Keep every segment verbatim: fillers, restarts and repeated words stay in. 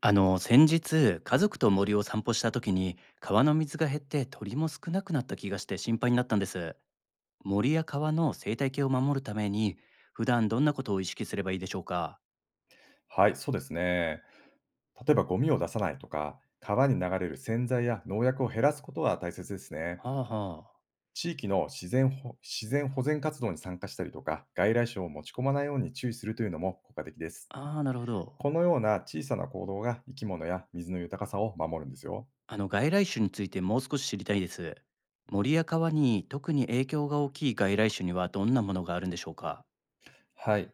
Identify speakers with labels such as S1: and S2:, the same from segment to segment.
S1: あの先日家族と森を散歩した時に川の水が減って鳥も少なくなった気がして心配になったんです。森や川の生態系を守るために、普段どんなことを意識すればいいでしょうか？
S2: はい、そうですね。例えばゴミを出さないとか、川に流れる洗剤や農薬を減らすことは大切ですね。
S1: はあはあ。
S2: 地域の自然保自然保全活動に参加したりとか、外来種を持ち込まないように注意するというのも効果的です。
S1: ああー、なるほど。
S2: このような小さな行動が生き物や水の豊かさを守るんですよ。
S1: あの外来種についてもう少し知りたいです。森や川に特に影響が大きい外来種にはどんなものがあるんでしょうか？
S2: はい。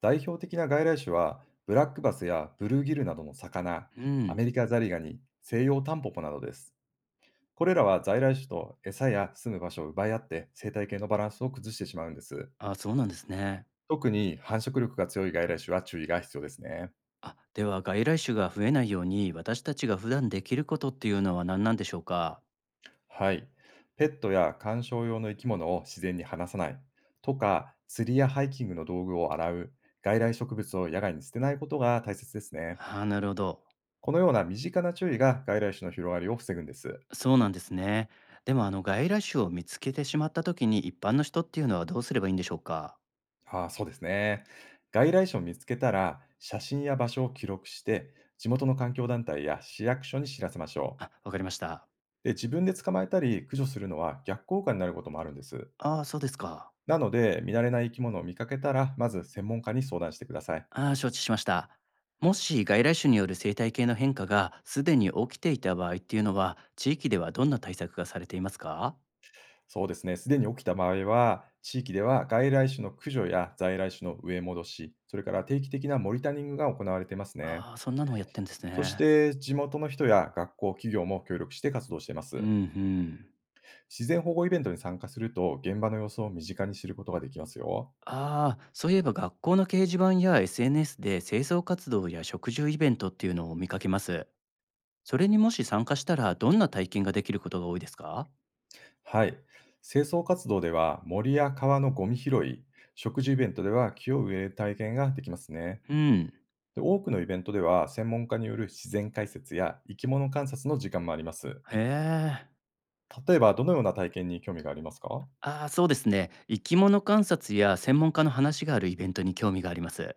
S2: 代表的な外来種は、ブラックバスやブルーギルなどの魚、
S1: う
S2: ア
S1: ん。
S2: メリカザリガニ、西洋タンポポなどです。これらは在来種と餌や住む場所を奪い合って生態系のバランスを崩してしまうんです。
S1: あ、そうなんですね。
S2: 特に繁殖力が強い外来種は注意が必要ですね。
S1: あ、では外来種が増えないように私たちが普段できることっていうのは何なんでしょうか？
S2: はい。ペットや観賞用の生き物を自然に離さないとか、釣りやハイキングの道具を洗う、外来植物を野外に捨てないことが大切ですね。
S1: ああ、なるほど。
S2: このような身近な注意が外来種の広がりを防ぐんです。
S1: そうなんですね。でもあの外来種を見つけてしまった時に一般の人っていうのはどうすればいいんでしょうか？
S2: ああ、そうですね。外来種を見つけたら、写真や場所を記録して、地元の環境団体や市役所に知らせましょう。
S1: あ、わかりました。
S2: で、自分で捕まえたり駆除するのは逆効果になることもあるんです。
S1: ああ、そうですか。
S2: なので、見慣れない生き物を見かけたら、まず専門家に相談してください。
S1: ああ、承知しました。もし外来種による生態系の変化がすでに起きていた場合っていうのは、地域ではどんな対策がされていますか？
S2: そうですね、すでに起きた場合は、地域では外来種の駆除や在来種の植え戻し、それから定期的なモニタリングが行われていますね。
S1: ああ、そんなのをやってんです
S2: そし
S1: ね。
S2: て、地元の人や学校、企業も協力して活動していま
S1: うん
S2: す。
S1: うん。
S2: 自然保護イベントに参加すると、現場の様子を身近に知ることができますよ。
S1: ああ、そういえば学校の掲示板や エスエヌエス で清掃活動や食住イベントっていうのを見かけます。それにもし参加したら、どんな体験ができることが多いですか？
S2: はい。清掃活動では森や川のゴミ拾い、食事イベントでは木を植える体験ができますね。
S1: うん。
S2: で多くのイベントでは専門家による自然解説や生き物観察の時間もあります。
S1: へえ。
S2: 例えばどのような体験に興味がありますか？
S1: ああ、そうですね。生き物観察や専門家の話があるイベントに興味があります。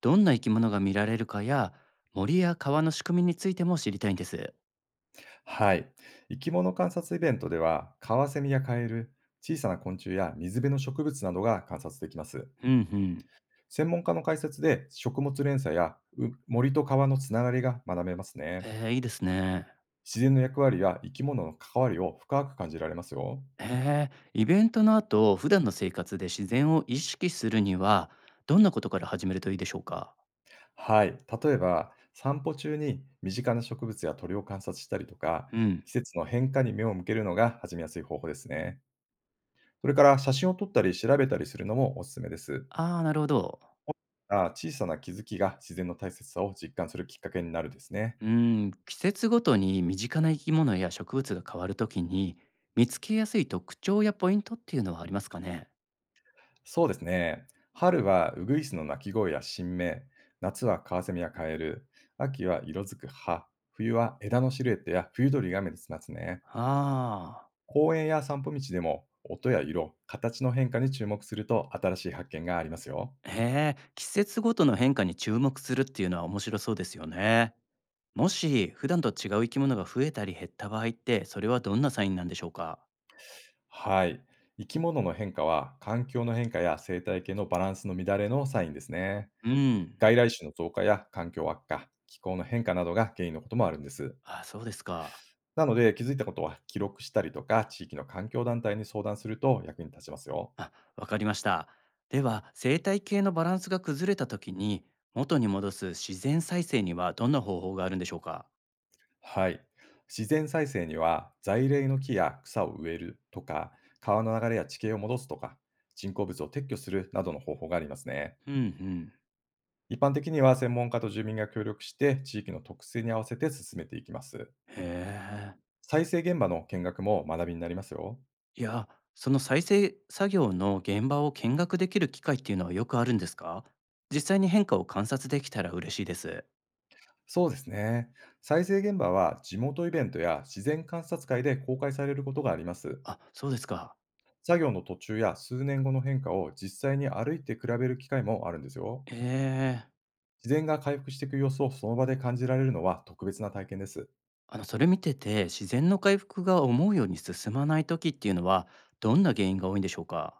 S1: どんな生き物が見られるかや、森や川の仕組みについても知りたいんです。
S2: はい。生き物観察イベントではカワセミやカエル、小さな昆虫や水辺の植物などが観察できます。
S1: うんうん。
S2: 専門家の解説で食物連鎖やう森と川のつながりが学べますね。
S1: えー、いいですね。
S2: 自然の役割や生き物の関わりを深く感じられますよ。
S1: ええ、イベントの後、普段の生活で自然を意識するには、どんなことから始めるといいでしょうか？
S2: はい。例えば、散歩中に身近な植物や鳥を観察したりとか、
S1: うん。
S2: 季節の変化に目を向けるのが始めやすい方法ですね。それから写真を撮ったり調べたりするのもおすすめです。
S1: ああ、なるほど。
S2: あ小さな気づきが自然の大切さを実感するきっかけになるですね。
S1: うーん、季節ごとに身近な生き物や植物が変わるときに、見つけやすい特徴やポイントっていうのはありますかね？
S2: そうですね。春はウグイスの鳴き声や新芽、夏はカワセミやカエル、秋は色づく葉、冬は枝のシルエットや冬鳥が目立ちますね。
S1: あ
S2: 公園や散歩道でも音や色、形の変化に注目すると新しい発見がありますよ。
S1: あ、へえ、季節ごとの変化に注目するっていうのは面白そうですよね。もし普段と違う生き物が増えたり減った場合って、それはどんなサインなんでしょうか？
S2: はい。生き物の変化は環境の変化や生態系のバランスの乱れのサインですね。
S1: うん、
S2: 外来種の増加や環境悪化、気候の変化などが原因のこともあるんです。
S1: あ、そうですか。
S2: なので気づいたことは記録したりとか地域の環境団体に相談すると役に立ちますよ。
S1: あ、わかりました。では生態系のバランスが崩れたときに、元に戻す自然再生にはどんな方法があるんでしょうか？
S2: はい。自然再生には在来の木や草を植えるとか、川の流れや地形を戻すとか、人工物を撤去するなどの方法がありますね。
S1: うんうん。
S2: 一般的には専門家と住民が協力して地域の特性に合わせて進めていきます。
S1: へえ。
S2: 再生現場の見学も学びになりますよ。
S1: いや、その再生作業の現場を見学できる機会っていうのはよくあるんですか？実際に変化を観察できたら嬉しいです。
S2: そうですね。再生現場は地元イベントや自然観察会で公開されることがあります。
S1: あ、そうですか。
S2: 作業の途中や数年後の変化を実際に歩いて比べる機会もあるんですよ。
S1: ええ。
S2: 自然が回復していく様子をその場で感じられるのは特別な体験です。
S1: あの、それ見てて、自然の回復が思うように進まない時っていうのは、どんな原因が多いんでしょうか？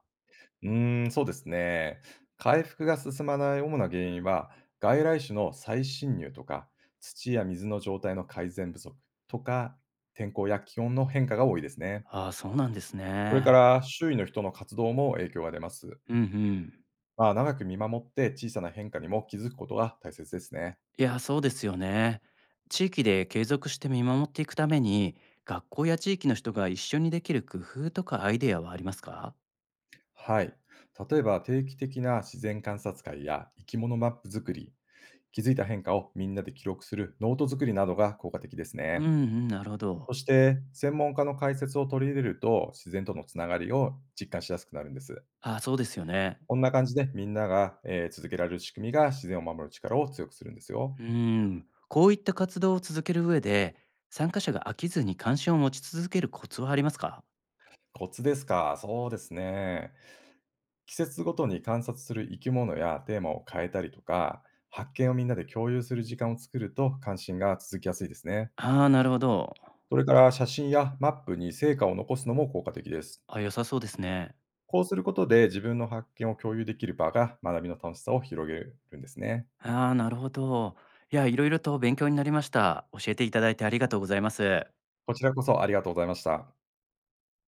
S2: うーん、そうですね。回復が進まない主な原因は、外来種の再侵入とか、土や水の状態の改善不足とか、天候や気温の変化が多いですね。
S1: ああ、そうなんです
S2: それか
S1: ね。
S2: ら、周囲の人の活動も影響が出ます。
S1: うんうん。
S2: まあ、長く見守って小さな変化にも気づくことが大切ですね。
S1: いや、そうですよね。地域で継続して見守っていくために、学校や地域の人が一緒にできる工夫とかアイデアはありますか？
S2: はい。例えば、定期的な自然観察会や生き物マップ作り、気づいた変化をみんなで記録するノート作りなどが効果的です
S1: うんう
S2: ね。
S1: ん、なるほ
S2: そ
S1: ど。
S2: して、専門家の解説を取り入れると、自然とのつながりを実感しやすくなるんです。
S1: あ、そうですよね。
S2: こんな感じで、みんなが、えー続けられる仕組みが自然を守る力を強くするんですよ。
S1: うん。こういった活動を続ける上で、参加者が飽きずに関心を持ち続けるコツはありますか？
S2: コツですか、そうですね。季節ごとに観察する生き物やテーマを変えたりとか、発見をみんなで共有する時間を作ると関心が続きやすいですね。
S1: ああー、なるほど。
S2: それから写真やマップに成果を残すのも効果的です。
S1: あ、良さそうですね。
S2: こうすることで自分の発見を共有できる場が学びの楽しさを広げるんですね。
S1: ああ、なるほど。いや、いろいろと勉強になりました。教えていただいてありがとうございます。
S2: こちらこそありがとうございました。